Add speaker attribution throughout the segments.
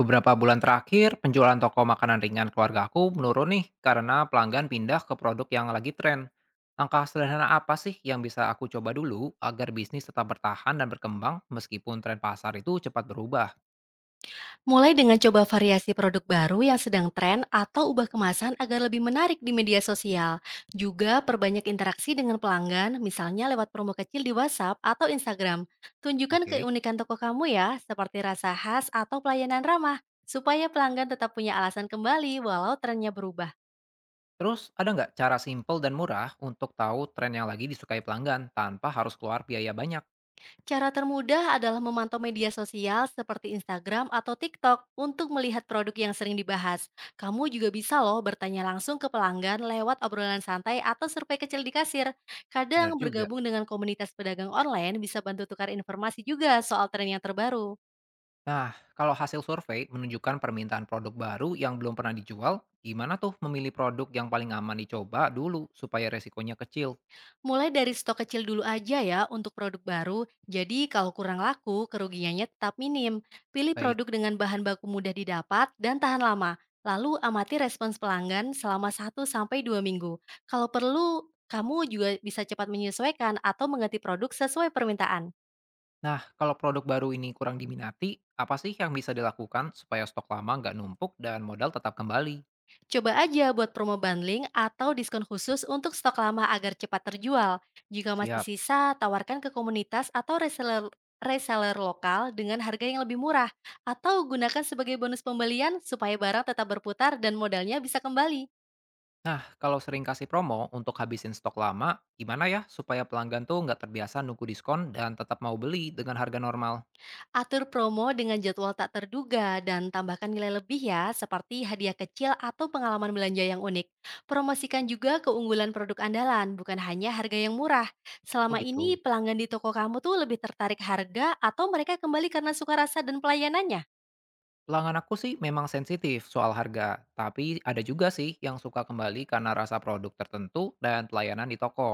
Speaker 1: Beberapa bulan terakhir, penjualan toko makanan ringan keluarga aku menurun nih karena pelanggan pindah ke produk yang lagi tren. Langkah sederhana apa sih yang bisa aku coba dulu agar bisnis tetap bertahan dan berkembang meskipun tren pasar itu cepat berubah?
Speaker 2: Mulai dengan coba variasi produk baru yang sedang tren atau ubah kemasan agar lebih menarik di media sosial. Juga perbanyak interaksi dengan pelanggan, misalnya lewat promo kecil di WhatsApp atau Instagram. Tunjukkan
Speaker 1: Oke.
Speaker 2: keunikan toko kamu ya, seperti rasa khas atau pelayanan ramah, supaya pelanggan tetap punya alasan kembali walau trennya berubah.
Speaker 1: Terus ada nggak cara simpel dan murah untuk tahu tren yang lagi disukai pelanggan tanpa harus keluar biaya banyak?
Speaker 2: Cara termudah adalah memantau media sosial seperti Instagram atau TikTok untuk melihat produk yang sering dibahas. Kamu juga bisa loh bertanya langsung ke pelanggan lewat obrolan santai atau survei kecil di kasir.
Speaker 1: Benar
Speaker 2: Kadang
Speaker 1: juga.
Speaker 2: bergabung dengan komunitas pedagang online bisa bantu tukar informasi juga soal tren yang terbaru.
Speaker 1: Nah, kalau hasil survei menunjukkan permintaan produk baru yang belum pernah dijual, gimana tuh memilih produk yang paling aman dicoba dulu supaya resikonya kecil?
Speaker 2: Mulai dari stok kecil dulu aja ya untuk produk baru, jadi kalau kurang laku, kerugiannya tetap minim. Pilih
Speaker 1: Baik.
Speaker 2: produk dengan bahan baku mudah didapat dan tahan lama, lalu amati respons pelanggan selama satu sampai dua minggu. Kalau perlu, kamu juga bisa cepat menyesuaikan atau mengganti produk sesuai permintaan.
Speaker 1: Nah, kalau produk baru ini kurang diminati, apa sih yang bisa dilakukan supaya stok lama nggak numpuk dan modal tetap kembali?
Speaker 2: Coba aja buat promo bundling atau diskon khusus untuk stok lama agar cepat terjual. Jika masih
Speaker 1: Siap.
Speaker 2: sisa, tawarkan ke komunitas atau reseller reseller lokal dengan harga yang lebih murah, atau gunakan sebagai bonus pembelian supaya barang tetap berputar dan modalnya bisa kembali.
Speaker 1: Nah, kalau sering kasih promo untuk habisin stok lama, gimana ya supaya pelanggan tuh nggak terbiasa nunggu diskon dan tetap mau beli dengan harga normal?
Speaker 2: Atur promo dengan jadwal tak terduga dan tambahkan nilai lebih ya, seperti hadiah kecil atau pengalaman belanja yang unik. Promosikan juga keunggulan produk andalan, bukan hanya harga yang murah.
Speaker 1: Oh
Speaker 2: Selama ini
Speaker 1: gitu.
Speaker 2: pelanggan di toko kamu tuh lebih tertarik harga, atau mereka kembali karena suka rasa dan pelayanannya?
Speaker 1: Pelanggan aku sih memang sensitif soal harga, tapi ada juga sih yang suka kembali karena rasa produk tertentu dan pelayanan di toko.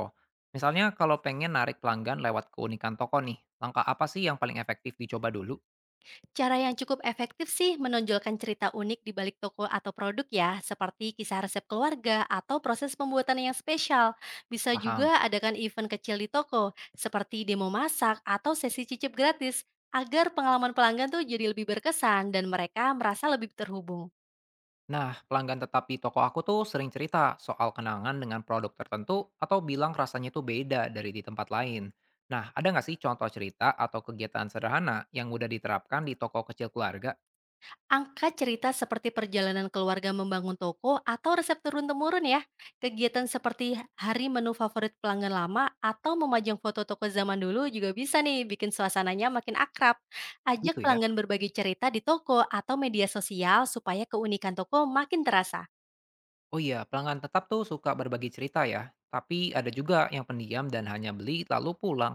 Speaker 1: Misalnya kalau pengen narik pelanggan lewat keunikan toko nih, langkah apa sih yang paling efektif dicoba dulu?
Speaker 2: Cara yang cukup efektif sih menonjolkan cerita unik di balik toko atau produk ya, seperti kisah resep keluarga atau proses pembuatan yang spesial. Bisa
Speaker 1: Paham.
Speaker 2: juga adakan event kecil di toko, seperti demo masak atau sesi cicip gratis, agar pengalaman pelanggan tuh jadi lebih berkesan dan mereka merasa lebih terhubung.
Speaker 1: Nah, pelanggan tetap di toko aku tuh sering cerita soal kenangan dengan produk tertentu atau bilang rasanya tuh beda dari di tempat lain. Nah, ada nggak sih contoh cerita atau kegiatan sederhana yang mudah diterapkan di toko kecil keluarga?
Speaker 2: Angkat cerita seperti perjalanan keluarga membangun toko atau resep turun-temurun ya. Kegiatan seperti hari menu favorit pelanggan lama atau memajang foto toko zaman dulu juga bisa nih bikin suasananya makin akrab. Ajak
Speaker 1: Gitu ya.
Speaker 2: pelanggan berbagi cerita di toko atau media sosial supaya keunikan toko makin terasa.
Speaker 1: Oh iya, pelanggan tetap tuh suka berbagi cerita ya. Tapi ada juga yang pendiam dan hanya beli lalu pulang.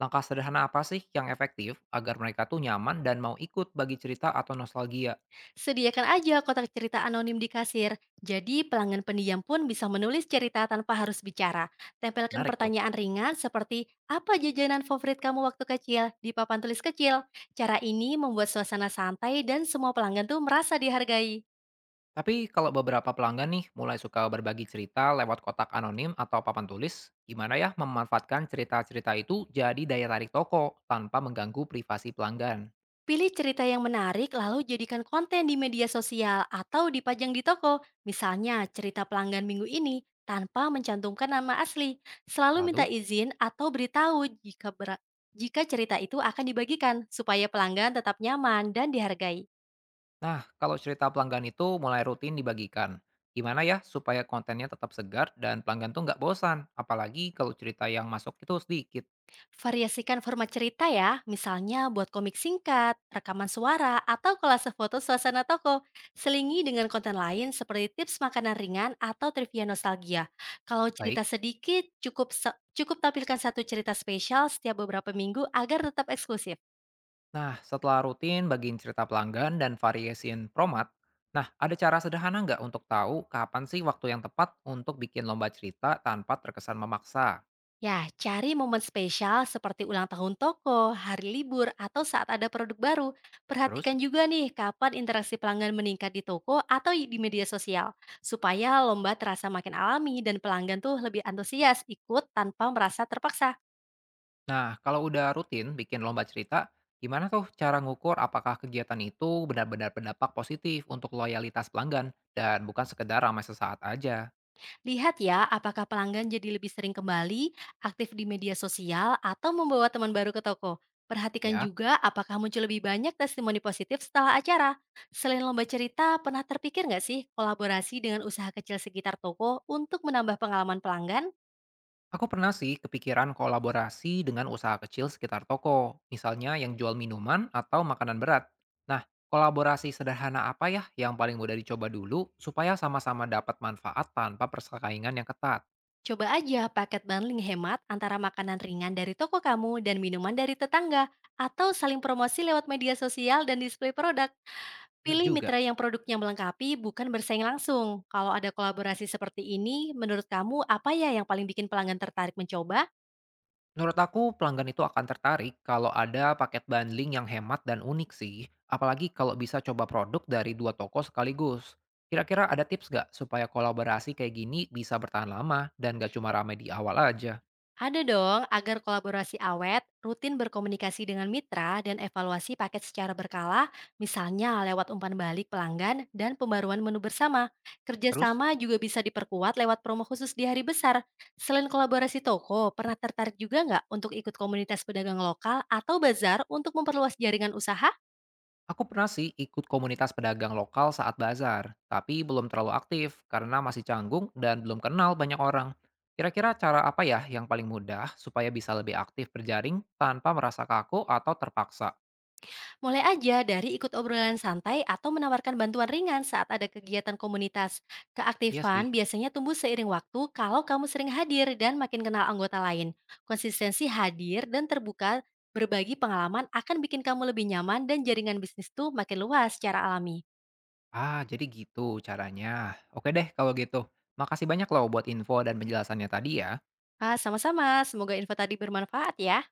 Speaker 1: Langkah sederhana apa sih yang efektif agar mereka tuh nyaman dan mau ikut bagi cerita atau nostalgia?
Speaker 2: Sediakan aja kotak cerita anonim di kasir. Jadi pelanggan pendiam pun bisa menulis cerita tanpa harus bicara. Tempelkan
Speaker 1: Menarik tuh.
Speaker 2: pertanyaan ringan seperti apa jajanan favorit kamu waktu kecil di papan tulis kecil. Cara ini membuat suasana santai dan semua pelanggan tuh merasa dihargai.
Speaker 1: Tapi kalau beberapa pelanggan nih mulai suka berbagi cerita lewat kotak anonim atau papan tulis, gimana ya memanfaatkan cerita-cerita itu jadi daya tarik toko tanpa mengganggu privasi pelanggan?
Speaker 2: Pilih cerita yang menarik lalu jadikan konten di media sosial atau dipajang di toko. Misalnya cerita pelanggan minggu ini tanpa mencantumkan nama asli. Selalu minta
Speaker 1: Lalu,
Speaker 2: izin atau beritahu jika cerita itu akan dibagikan supaya pelanggan tetap nyaman dan dihargai.
Speaker 1: nah kalau cerita pelanggan itu mulai rutin dibagikan, gimana ya supaya kontennya tetap segar dan pelanggan tuh nggak bosan, apalagi kalau cerita yang masuk itu sedikit?
Speaker 2: Variasikan format cerita ya, misalnya buat komik singkat, rekaman suara, atau kolase foto suasana toko. Selingi dengan konten lain seperti tips makanan ringan atau trivia nostalgia. Kalau cerita
Speaker 1: Baik.
Speaker 2: sedikit, cukup tampilkan satu cerita spesial setiap beberapa minggu agar tetap eksklusif.
Speaker 1: Nah, setelah rutin bagiin cerita pelanggan dan variasiin format, nah ada cara sederhana nggak untuk tahu kapan sih waktu yang tepat untuk bikin lomba cerita tanpa terkesan memaksa?
Speaker 2: Ya, cari momen spesial seperti ulang tahun toko, hari libur, atau saat ada produk baru.
Speaker 1: Terus,
Speaker 2: Perhatikan juga nih kapan interaksi pelanggan meningkat di toko atau di media sosial, supaya lomba terasa makin alami dan pelanggan tuh lebih antusias ikut tanpa merasa terpaksa.
Speaker 1: nah kalau udah rutin bikin lomba cerita, gimana tuh cara ngukur apakah kegiatan itu benar-benar berdampak positif untuk loyalitas pelanggan dan bukan sekedar ramai sesaat aja,
Speaker 2: Lihat ya, apakah pelanggan jadi lebih sering kembali, aktif di media sosial, atau membawa teman baru ke toko. Perhatikan
Speaker 1: ya?
Speaker 2: juga apakah muncul lebih banyak testimoni positif setelah acara. Selain lomba cerita, pernah terpikir nggak sih kolaborasi dengan usaha kecil sekitar toko untuk menambah pengalaman pelanggan?
Speaker 1: Aku pernah sih kepikiran kolaborasi dengan usaha kecil sekitar toko, misalnya yang jual minuman atau makanan berat. Nah, kolaborasi sederhana apa ya yang paling mudah dicoba dulu supaya sama-sama dapat manfaat tanpa persaingan yang ketat?
Speaker 2: Coba aja paket bundling hemat antara makanan ringan dari toko kamu dan minuman dari tetangga, atau saling promosi lewat media sosial dan display produk.
Speaker 1: Benar
Speaker 2: Pilih
Speaker 1: juga.
Speaker 2: mitra yang produknya melengkapi, bukan bersaing langsung. Kalau ada kolaborasi seperti ini, menurut kamu apa ya yang paling bikin pelanggan tertarik mencoba?
Speaker 1: Menurut aku, pelanggan itu akan tertarik kalau ada paket bundling yang hemat dan unik sih, apalagi kalau bisa coba produk dari dua toko sekaligus. Kira-kira ada tips nggak supaya kolaborasi kayak gini bisa bertahan lama dan nggak cuma ramai di awal aja?
Speaker 2: Ada dong, agar kolaborasi awet, rutin berkomunikasi dengan mitra, dan evaluasi paket secara berkala, misalnya lewat umpan balik pelanggan dan pembaruan menu bersama.
Speaker 1: Terus?
Speaker 2: Kerjasama juga bisa diperkuat lewat promo khusus di hari besar. Selain kolaborasi toko, pernah tertarik juga nggak untuk ikut komunitas pedagang lokal atau bazar untuk memperluas jaringan usaha?
Speaker 1: Aku pernah sih ikut komunitas pedagang lokal saat bazar, tapi belum terlalu aktif karena masih canggung dan belum kenal banyak orang. Kira-kira cara apa ya yang paling mudah supaya bisa lebih aktif berjaring tanpa merasa kaku atau terpaksa?
Speaker 2: Mulai aja dari ikut obrolan santai atau menawarkan bantuan ringan saat ada kegiatan komunitas.
Speaker 1: Iya
Speaker 2: Keaktifan
Speaker 1: sih.
Speaker 2: biasanya tumbuh seiring waktu kalau kamu sering hadir dan makin kenal anggota lain. Konsistensi hadir dan terbuka berbagi pengalaman akan bikin kamu lebih nyaman dan jaringan bisnis tuh makin luas secara alami.
Speaker 1: Ah, jadi gitu caranya. Oke deh kalau gitu. Makasih banyak loh buat info dan penjelasannya tadi ya.
Speaker 2: Ah, sama-sama, semoga info tadi bermanfaat ya.